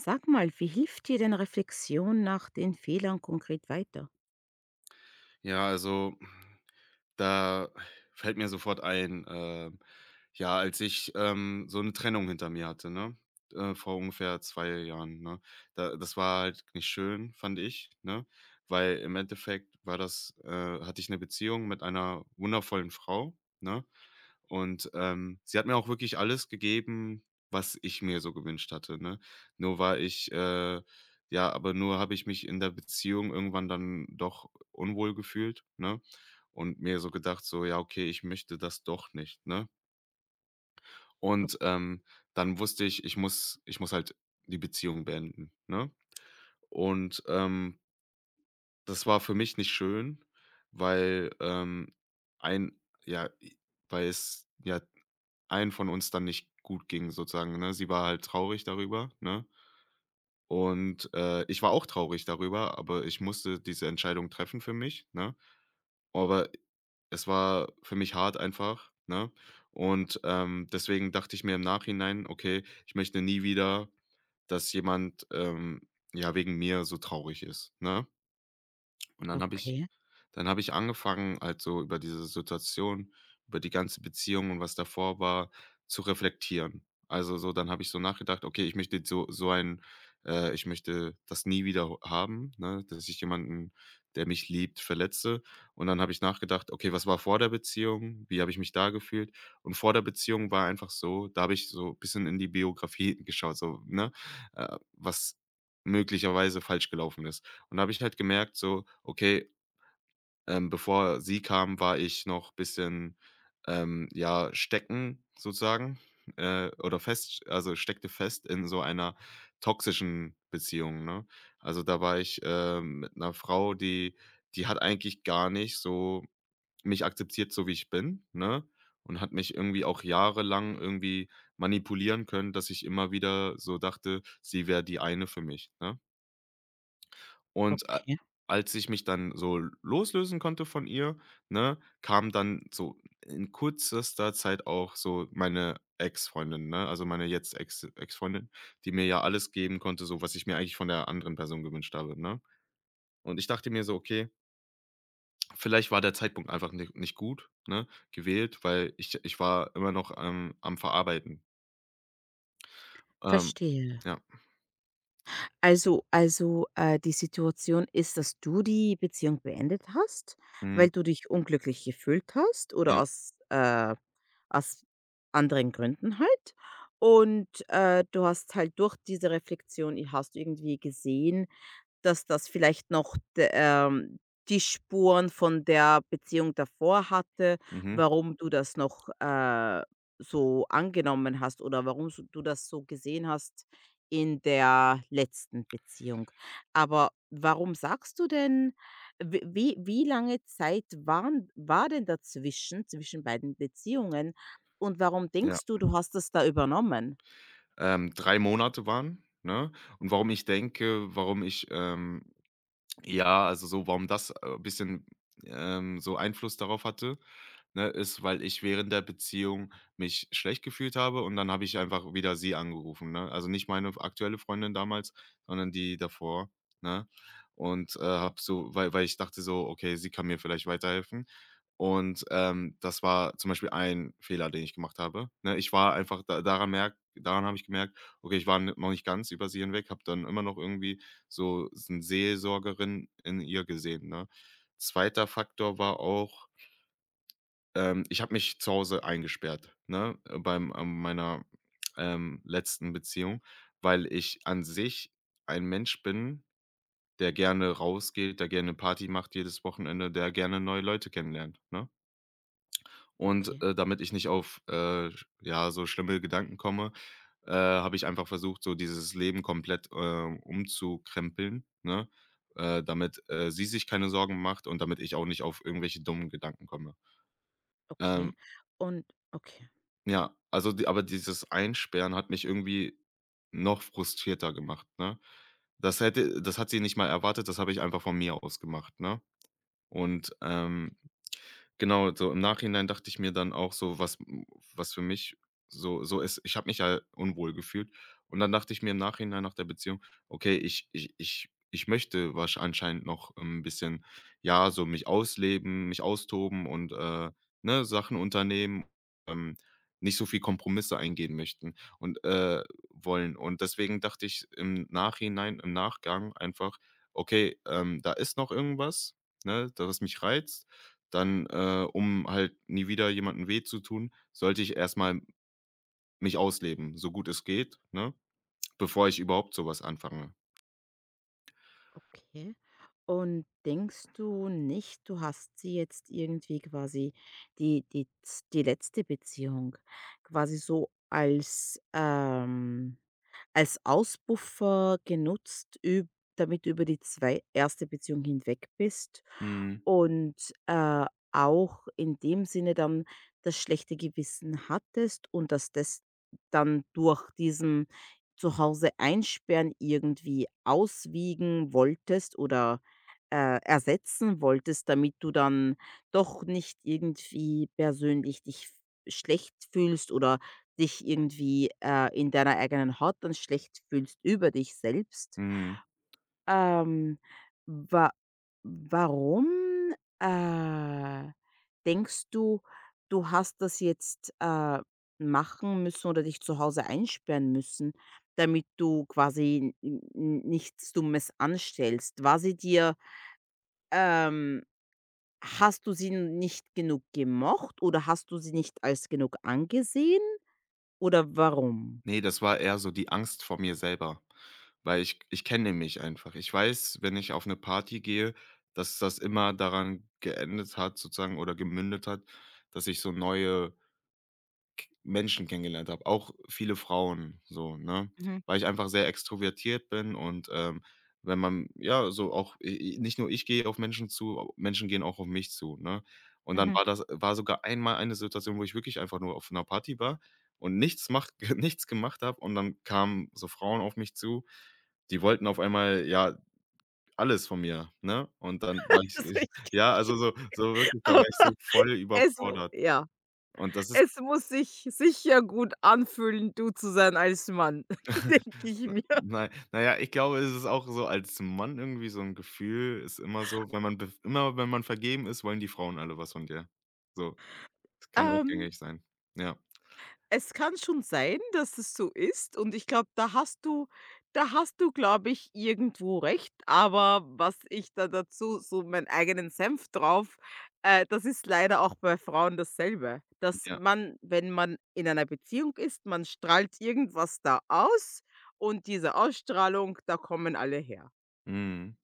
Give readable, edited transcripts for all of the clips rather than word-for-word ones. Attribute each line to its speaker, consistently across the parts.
Speaker 1: Sag mal, wie hilft dir denn Reflexion nach den Fehlern konkret weiter?
Speaker 2: Ja, also da fällt mir sofort ein, ja, als ich, so eine Trennung hinter mir hatte, ne, vor ungefähr 2 Jahren, ne? Da das war halt nicht schön, fand ich, ne? Weil im Endeffekt war das, hatte ich eine Beziehung mit einer wundervollen Frau, ne? Und, sie hat mir auch wirklich alles gegeben, was ich mir so gewünscht hatte, ne? Nur war ich, ja, aber nur habe ich mich in der Beziehung irgendwann dann doch unwohl gefühlt, ne? Und mir so gedacht, so: „Ja, okay, ich möchte das doch nicht“, ne?
Speaker 1: O
Speaker 2: Und, dann wusste ich, ich muss halt die Beziehung beenden, ne? Und, das war für mich nicht schön, weil, ein ja, i weil es ja einen von uns dann nicht gut ging sozusagen, ne? Sie war halt traurig darüber, ne? Und, ich war auch traurig darüber, aber ich musste diese Entscheidung treffen für mich, ne? Aber es war für mich hart einfach, ne? Und, deswegen dachte ich mir im Nachhinein: „Okay, ich möchte nie wieder, dass jemand, ja, wegen mir so traurig ist“, ne? Und dann habe ich
Speaker 1: okay,
Speaker 2: dann habe ich angefangen, halt so über diese Situation, über die ganze Beziehung und was davor war, zu reflektieren. Also so, dann habe ich so nachgedacht, okay, ich möchte so, ich möchte das nie wieder haben, ne? Dass ich jemanden, der mich liebt, verletze. Und dann habe ich nachgedacht, okay, was war vor der Beziehung? Wie habe ich mich da gefühlt? Und vor der Beziehung war einfach so, da habe ich so ein bisschen in die Biografie geschaut, so, ne, was möglicherweise falsch gelaufen ist. Und da habe ich halt gemerkt, so, okay, bevor sie kam, war ich noch bisschen, ja, stecken sozusagen, oder fest, also, steckte fest in so einer toxischen Beziehung, ne? Also, da war ich, mit einer Frau, die hat eigentlich gar nicht so mich akzeptiert, so wie ich bin, ne? Und hat mich irgendwie auch jahrelang irgendwie manipulieren können, dass ich immer wieder so dachte, sie wäre die eine für mich, ne? Und a
Speaker 1: okay.
Speaker 2: Als ich mich dann so loslösen konnte von ihr, ne, kam dann so in kürzester Zeit auch so meine Ex-Freundin, ne? Also, meine jetzt Ex Ex-Freundin, die mir ja alles geben konnte, so was ich mir eigentlich von der anderen Person gewünscht habe, ne? Und ich dachte mir so: „Okay, vielleicht war der Zeitpunkt einfach ni nicht gut, ne, gewählt, weil ich war immer noch, am Verarbeiten.“ Ähm,
Speaker 1: Verstehe.
Speaker 2: ja.
Speaker 1: Also, die Situation ist, dass du die Beziehung beendet hast,
Speaker 2: Mhm.
Speaker 1: weil du dich unglücklich gefühlt hast oder
Speaker 2: Ja.
Speaker 1: aus anderen Gründen halt. Und, du hast halt durch diese Reflexion i hast du irgendwie gesehen, dass das vielleicht noch d die Spuren von der Beziehung davor hatte,
Speaker 2: Mhm.
Speaker 1: warum du das noch, so angenommen hast oder warum so du das so gesehen hast in der letzten Beziehung. Aber warum sagst du denn w wie wie lange Zeit war denn dazwischen zwischen beiden Beziehungen, und warum
Speaker 2: Ja.
Speaker 1: denkst du, du hast es da übernommen?
Speaker 2: 3 Monate waren, ne? Und warum ich, ja, also so, warum das, ein bisschen, so Einfluss darauf hatte, ne, ist, weil ich während der Beziehung mich schlecht gefühlt habe und dann habe ich einfach wieder sie angerufen, ne? Also nicht meine aktuelle Freundin damals, sondern die davor, ne? Und, habe so weil ich dachte so: „Okay, sie kann mir vielleicht weiterhelfen.“ Und, das war zum Beispiel ein Fehler, den ich gemacht habe, ne? Ich war einfach daran habe ich gemerkt, okay, ich war n noch nicht ganz über sie hinweg, habe dann immer noch irgendwie so eine Seelsorgerin in ihr gesehen, ne? Zweiter Faktor war auch, ich habe mich zu Hause eingesperrt, ne, beim meiner, letzten Beziehung, weil ich an sich ein Mensch bin, der gerne rausgeht, der gerne Party macht jedes Wochenende, der gerne neue Leute kennenlernt, ne? Und,
Speaker 1: Okay,
Speaker 2: damit ich nicht auf, sch ja, so schlimme Gedanken komme, habe ich einfach versucht, so dieses Leben komplett, umzukrempeln, ne, damit, sie sich keine Sorgen macht und damit ich auch nicht auf irgendwelche dummen Gedanken komme. Ähm,
Speaker 1: okay. Und okay.
Speaker 2: ja, also d aber dieses Einsperren hat mich irgendwie noch frustrierter gemacht, ne? Das hat sie nicht mal erwartet, das habe ich einfach von mir aus gemacht, ne? Und, ähm Genau, so im Nachhinein dachte ich mir dann auch so, was für mich so so ist, ich habe mich ja unwohl gefühlt und dann dachte ich mir im Nachhinein nach der Beziehung: „Okay, ich möchte wahrsch anscheinend noch ein bisschen, ja, so mich ausleben, mich austoben und, ne, Sachen unternehmen, ähm, nicht so viel Kompromisse eingehen möchten und wollen.“ Und deswegen dachte ich im Nachhinein im Nachgang einfach: „Okay, da ist noch irgendwas, ne, da was mich reizt dann, um halt nie wieder jemandem weh zu tun, sollte ich erstmal mich ausleben, so gut es geht, ne, bevor ich überhaupt sowas anfange.
Speaker 1: Okay. Und denkst du nicht, du hast sie jetzt irgendwie quasi die letzte Beziehung quasi so als, als Auspuffer genutzt, üb damit du über die zwei erste Beziehung hinweg bist?
Speaker 2: Mhm,
Speaker 1: Und, äh, auch in dem Sinne dann das schlechte Gewissen hattest und dass das dann durch diesen Zuhause-Einsperren irgendwie auswiegen wolltest oder, ersetzen wolltest, damit du dann doch nicht irgendwie persönlich dich schlecht fühlst oder dich irgendwie, in deiner eigenen Haut dann schlecht fühlst über dich selbst?
Speaker 2: mhm.
Speaker 1: Ähm, wa warum, denkst du, du hast das jetzt, machen müssen oder dich zu Hause einsperren müssen, damit du quasi n n nichts Dummes anstellst? War sie dir ähm, hast du sie nicht genug gemocht oder hast du sie nicht als genug angesehen oder warum?
Speaker 2: Ne, das war eher so die Angst vor mir selber, weil ich kenne mich einfach. Ich weiß, wenn ich auf 'ne Party gehe, dass das immer daran geendet hat sozusagen oder gemündet hat, dass ich so neue Menschen kennengelernt habe, auch viele Frauen so, ne?
Speaker 1: Mhm,
Speaker 2: Weil ich einfach sehr extrovertiert bin und, wenn man ja, so auch i i nicht nur ich gehe auf Menschen zu, Menschen gehen auch auf mich zu, ne? Und dann
Speaker 1: mhm.
Speaker 2: war das war sogar einmal eine Situation, wo ich wirklich einfach nur auf einer Party war und nichts macht nichts gemacht habe und dann kamen so Frauen auf mich zu, die wollten auf einmal, ja, alles von mir, ne? Und dann war ich
Speaker 1: Also, ich
Speaker 2: ja, also so so wirklich, da war ich so voll
Speaker 1: es w
Speaker 2: überfordert
Speaker 1: ja.
Speaker 2: und das
Speaker 1: Es
Speaker 2: ist
Speaker 1: muss sich sicher gut anfühlen, du zu sein als Mann, denke ich
Speaker 2: N
Speaker 1: mir.
Speaker 2: nei na ja, ich glaube, es ist auch so als Mann irgendwie so ein Gefühl ist immer so, wenn man bef immer wenn man vergeben ist, wollen die Frauen alle was von dir. So, das kann auch
Speaker 1: Ähm,
Speaker 2: gängig sein. Ja,
Speaker 1: es kann schon sein, dass es so ist, und ich glaube, da hast du, glaube ich, irgendwo recht, aber was ich da dazu so meinen eigenen Senf drauf, das ist leider auch bei Frauen dasselbe, dass
Speaker 2: ja.
Speaker 1: man, wenn man in einer Beziehung ist, man strahlt irgendwas da aus, und diese Ausstrahlung, da kommen alle her.
Speaker 2: Mhm.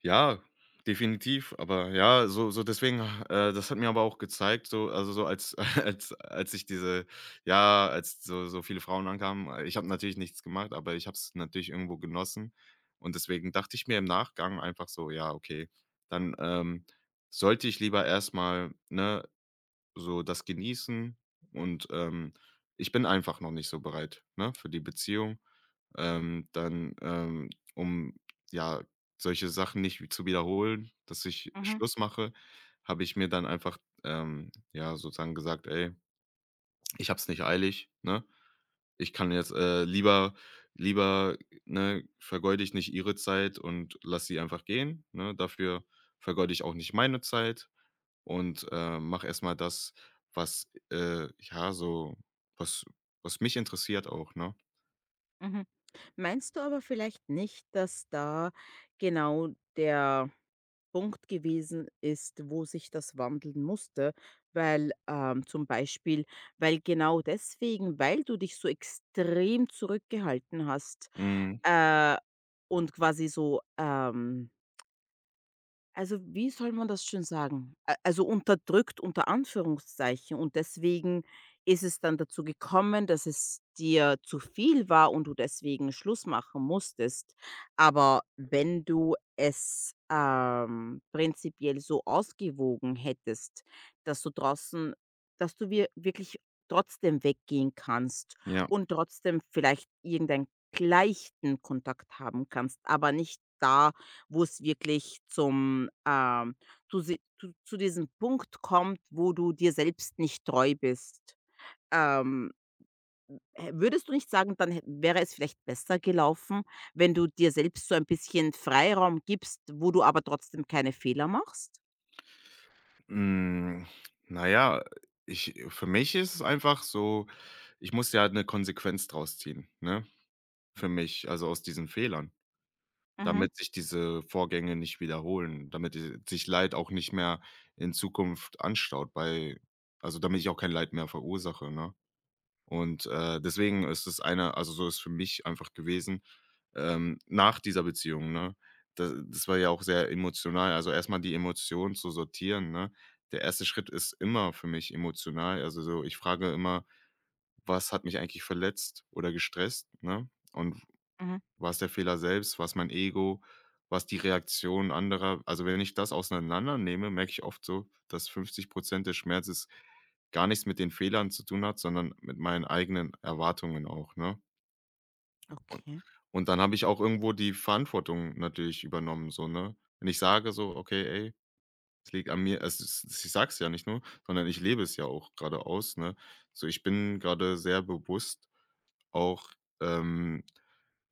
Speaker 2: Ja, definitiv. Aber ja, so so deswegen das hat mir aber auch gezeigt, so also, so als als ich diese ja, als so so viele Frauen ankamen, ich habe natürlich nichts gemacht, aber ich habe es natürlich irgendwo genossen. Und deswegen dachte ich mir im Nachgang einfach so: „Ja, okay, dann, sollte ich lieber erstmal ne, so das genießen und, ich bin einfach noch nicht so bereit, ne, für die Beziehung.“ dann, um, ja, solche Sachen nicht wie zu wiederholen, dass ich
Speaker 1: Mhm,
Speaker 2: Schluss mache, habe ich mir dann einfach, ja, sozusagen gesagt: „Ey, ich habe es nicht eilig, ne? Ich kann jetzt, lieber lieber, ne, vergeude ich nicht ihre Zeit und lass sie einfach gehen, ne? Dafür vergeude ich auch nicht meine Zeit und, mache erst mal das, was, ja, so was was mich interessiert auch“, ne?
Speaker 1: mhm. Meinst du aber vielleicht nicht, dass da genau der Punkt gewesen ist, wo sich das wandeln musste? Weil zum Beispiel, weil genau deswegen, weil du dich so extrem zurückgehalten hast,
Speaker 2: Mhm,
Speaker 1: äh, und quasi so also, wie soll man das schon sagen? A Also, unterdrückt unter Anführungszeichen, und deswegen ist es dann dazu gekommen, dass es dir zu viel war und du deswegen Schluss machen musstest. Aber wenn du es, prinzipiell so ausgewogen hättest, dass du draußen, dass du wir wirklich trotzdem weggehen kannst
Speaker 2: ja.
Speaker 1: und trotzdem vielleicht irgendeinen leichten Kontakt haben kannst, aber nicht da, wo es wirklich zu si zu diesem Punkt kommt, wo du dir selbst nicht treu bist. Ähm, hä würdest du nicht sagen, dann hä wäre es vielleicht besser gelaufen, wenn du dir selbst so ein bisschen Freiraum gibst, wo du aber trotzdem keine Fehler machst?
Speaker 2: Hm, na ja, ich für mich ist es einfach so, ich muss ja halt eine Konsequenz draus ziehen, ne? Für mich, also, aus diesen Fehlern,
Speaker 1: Mhm,
Speaker 2: damit sich diese Vorgänge nicht wiederholen, damit die sich Leid auch nicht mehr in Zukunft anstaut bei, also, damit ich auch kein Leid mehr verursache, ne? Und, deswegen ist es eine, also, so ist für mich einfach gewesen nach dieser Beziehung, ne? Da das war ja auch sehr emotional. Also, erstmal die Emotionen zu sortieren, ne? Der erste Schritt ist immer für mich emotional. Also, so ich frage immer: „Was hat mich eigentlich verletzt oder gestresst“, ne? Und
Speaker 1: mhm.
Speaker 2: war's der Fehler selbst? War's mein Ego? War's die Reaktion anderer? Also, wenn ich das auseinandernehme, merke ich oft so, dass 50 des Schmerzes gar nichts mit den Fehlern zu tun hat, sondern mit meinen eigenen Erwartungen auch, ne?
Speaker 1: Okay,
Speaker 2: Und dann habe ich auch irgendwo die Verantwortung natürlich übernommen, so, ne? Wenn ich sage so: „Okay, ey, es liegt an mir“, es ist, ich sag's ja nicht nur, sondern ich lebe es ja auch gerade aus, ne? So, ich bin gerade sehr bewusst auch, ähm,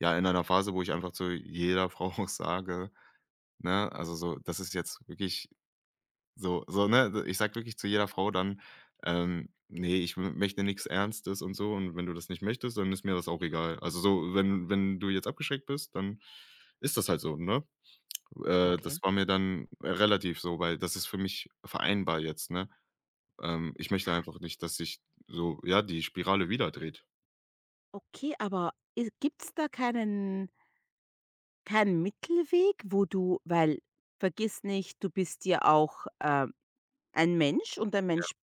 Speaker 2: ja, in einer Phase, wo ich einfach zu jeder Frau auch sage, ne, also so: „Das ist jetzt wirklich“ so so, ne? Ich sag wirklich zu jeder Frau dann, „Ne, ich m möchte nichts Ernstes und so und wenn du das nicht möchtest, dann ist mir das auch egal.“ Also, so, wenn du jetzt abgeschreckt bist, dann ist das halt so, ne? Das
Speaker 1: okay.
Speaker 2: war mir dann relativ so, weil das ist für mich vereinbar jetzt, ne? Ich möchte einfach nicht, dass sich so, ja, die Spirale wieder dreht.
Speaker 1: Okay, aber gibt es da keinen Mittelweg, wo du, weil vergiss nicht, du bist ja auch, ein Mensch, und ein Mensch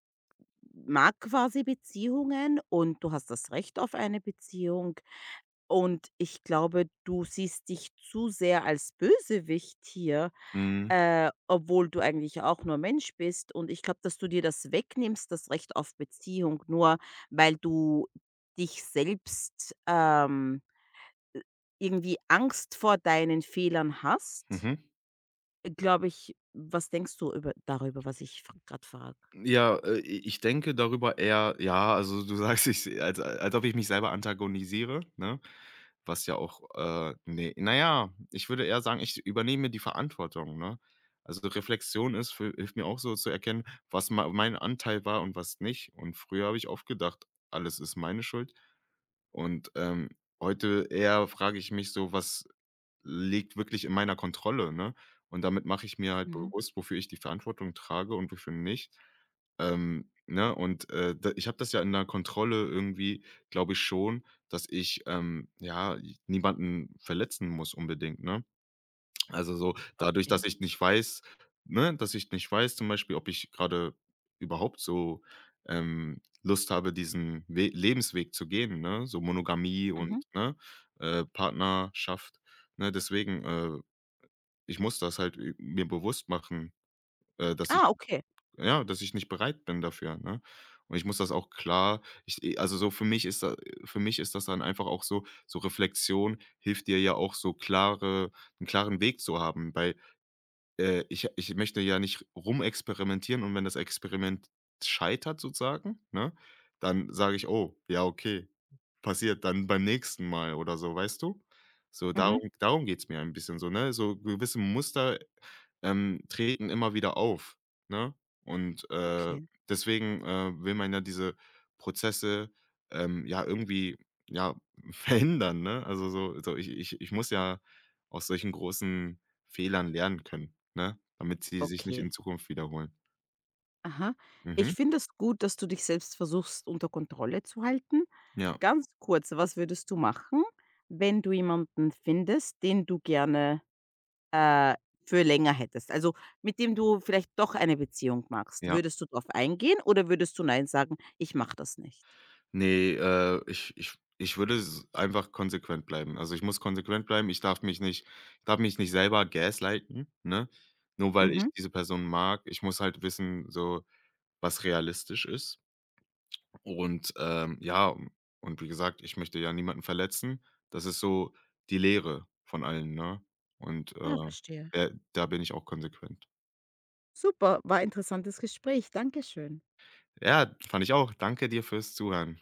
Speaker 1: mag quasi Beziehungen und du hast das Recht auf eine Beziehung. Und ich glaube, du siehst dich zu sehr als Bösewicht hier,
Speaker 2: Mhm.
Speaker 1: obwohl du eigentlich auch nur Mensch bist. Und ich glaube, dass du dir das wegnimmst, das Recht auf Beziehung, nur weil du dich selbst, irgendwie Angst vor deinen Fehlern hast.
Speaker 2: Mhm.
Speaker 1: Glaube ich. Was denkst du über, darüber, was ich gerade frage?
Speaker 2: Ja, i ich denke darüber eher ja, also du sagst, ich sehe als als ob ich mich selber antagonisiere, ne? Was ja auch, ne, naja, ich würde eher sagen, ich übernehme die Verantwortung, ne? Also Reflexion ist für hilft mir auch so zu erkennen, was mein Anteil war und was nicht. Und früher habe ich oft gedacht, alles ist meine Schuld. Und, heute eher frage ich mich so: „Was liegt wirklich in meiner Kontrolle“, ne? Und damit mache ich mir halt
Speaker 1: Mhm.
Speaker 2: bewusst, wofür ich die Verantwortung trage und wofür nicht. Ne, und, d Ich habe das ja in der Kontrolle irgendwie, glaube ich schon, dass ich, ja, niemanden verletzen muss unbedingt, ne? Also, so dadurch, dass
Speaker 1: Okay.
Speaker 2: ich nicht weiß ne, dass ich nicht weiß zum Beispiel, ob ich gerade überhaupt so, Lust habe, diesen We Lebensweg zu gehen, ne, so Monogamie und,
Speaker 1: Mhm.
Speaker 2: ne, Partnerschaft, ne? Deswegen, ich muss das halt ü mir bewusst machen, dass ich
Speaker 1: Ah, okay.
Speaker 2: ja, dass ich nicht bereit bin dafür, ne? Und ich muss das auch klar ich e also, so für mich ist das dann einfach auch so so Reflexion hilft dir ja auch so klare einen klaren Weg zu haben, bei ich möchte ja nicht rumexperimentieren und wenn das Experiment scheitert sozusagen, ne, dann sage ich: „Oh, ja, okay, passiert, dann beim nächsten Mal“ oder so, weißt du? So,
Speaker 1: Mhm.
Speaker 2: darum geht's mir ein bisschen so, ne? So gewisse Muster treten immer wieder auf, ne? Und,
Speaker 1: Okay.
Speaker 2: deswegen, will man ja diese Prozesse, ja, irgendwie, ja, verhindern, ne? Also, so so ich muss ja aus solchen großen Fehlern lernen können, ne, damit sie sich nicht in
Speaker 1: Okay,
Speaker 2: Zukunft wiederholen.
Speaker 1: aha.
Speaker 2: Mhm.
Speaker 1: Ich finde es gut, dass du dich selbst versuchst, unter Kontrolle zu halten.
Speaker 2: Ja,
Speaker 1: Ganz kurz, was würdest du machen, wenn du jemanden findest, den du gerne, äh, für länger hättest? Also, mit dem du vielleicht doch eine Beziehung machst.
Speaker 2: ja.
Speaker 1: Würdest du darauf eingehen oder würdest du nein sagen: „Ich mache das nicht?“
Speaker 2: Nee, ich würde s einfach konsequent bleiben. Also, ich muss konsequent bleiben. Ich darf mich nicht selber gaslighten, ne? Nur weil ich
Speaker 1: Mhm.
Speaker 2: diese Person mag. Ich muss halt wissen, so, was realistisch ist. Und, und wie gesagt, ich möchte ja niemanden verletzen. Das ist so die Lehre von allen, ne? Und,
Speaker 1: Ah, verstehe.
Speaker 2: da bin ich auch konsequent.
Speaker 1: Super, war ein interessantes Gespräch. Dankeschön.
Speaker 2: Ja, fand ich auch. Danke dir fürs Zuhören.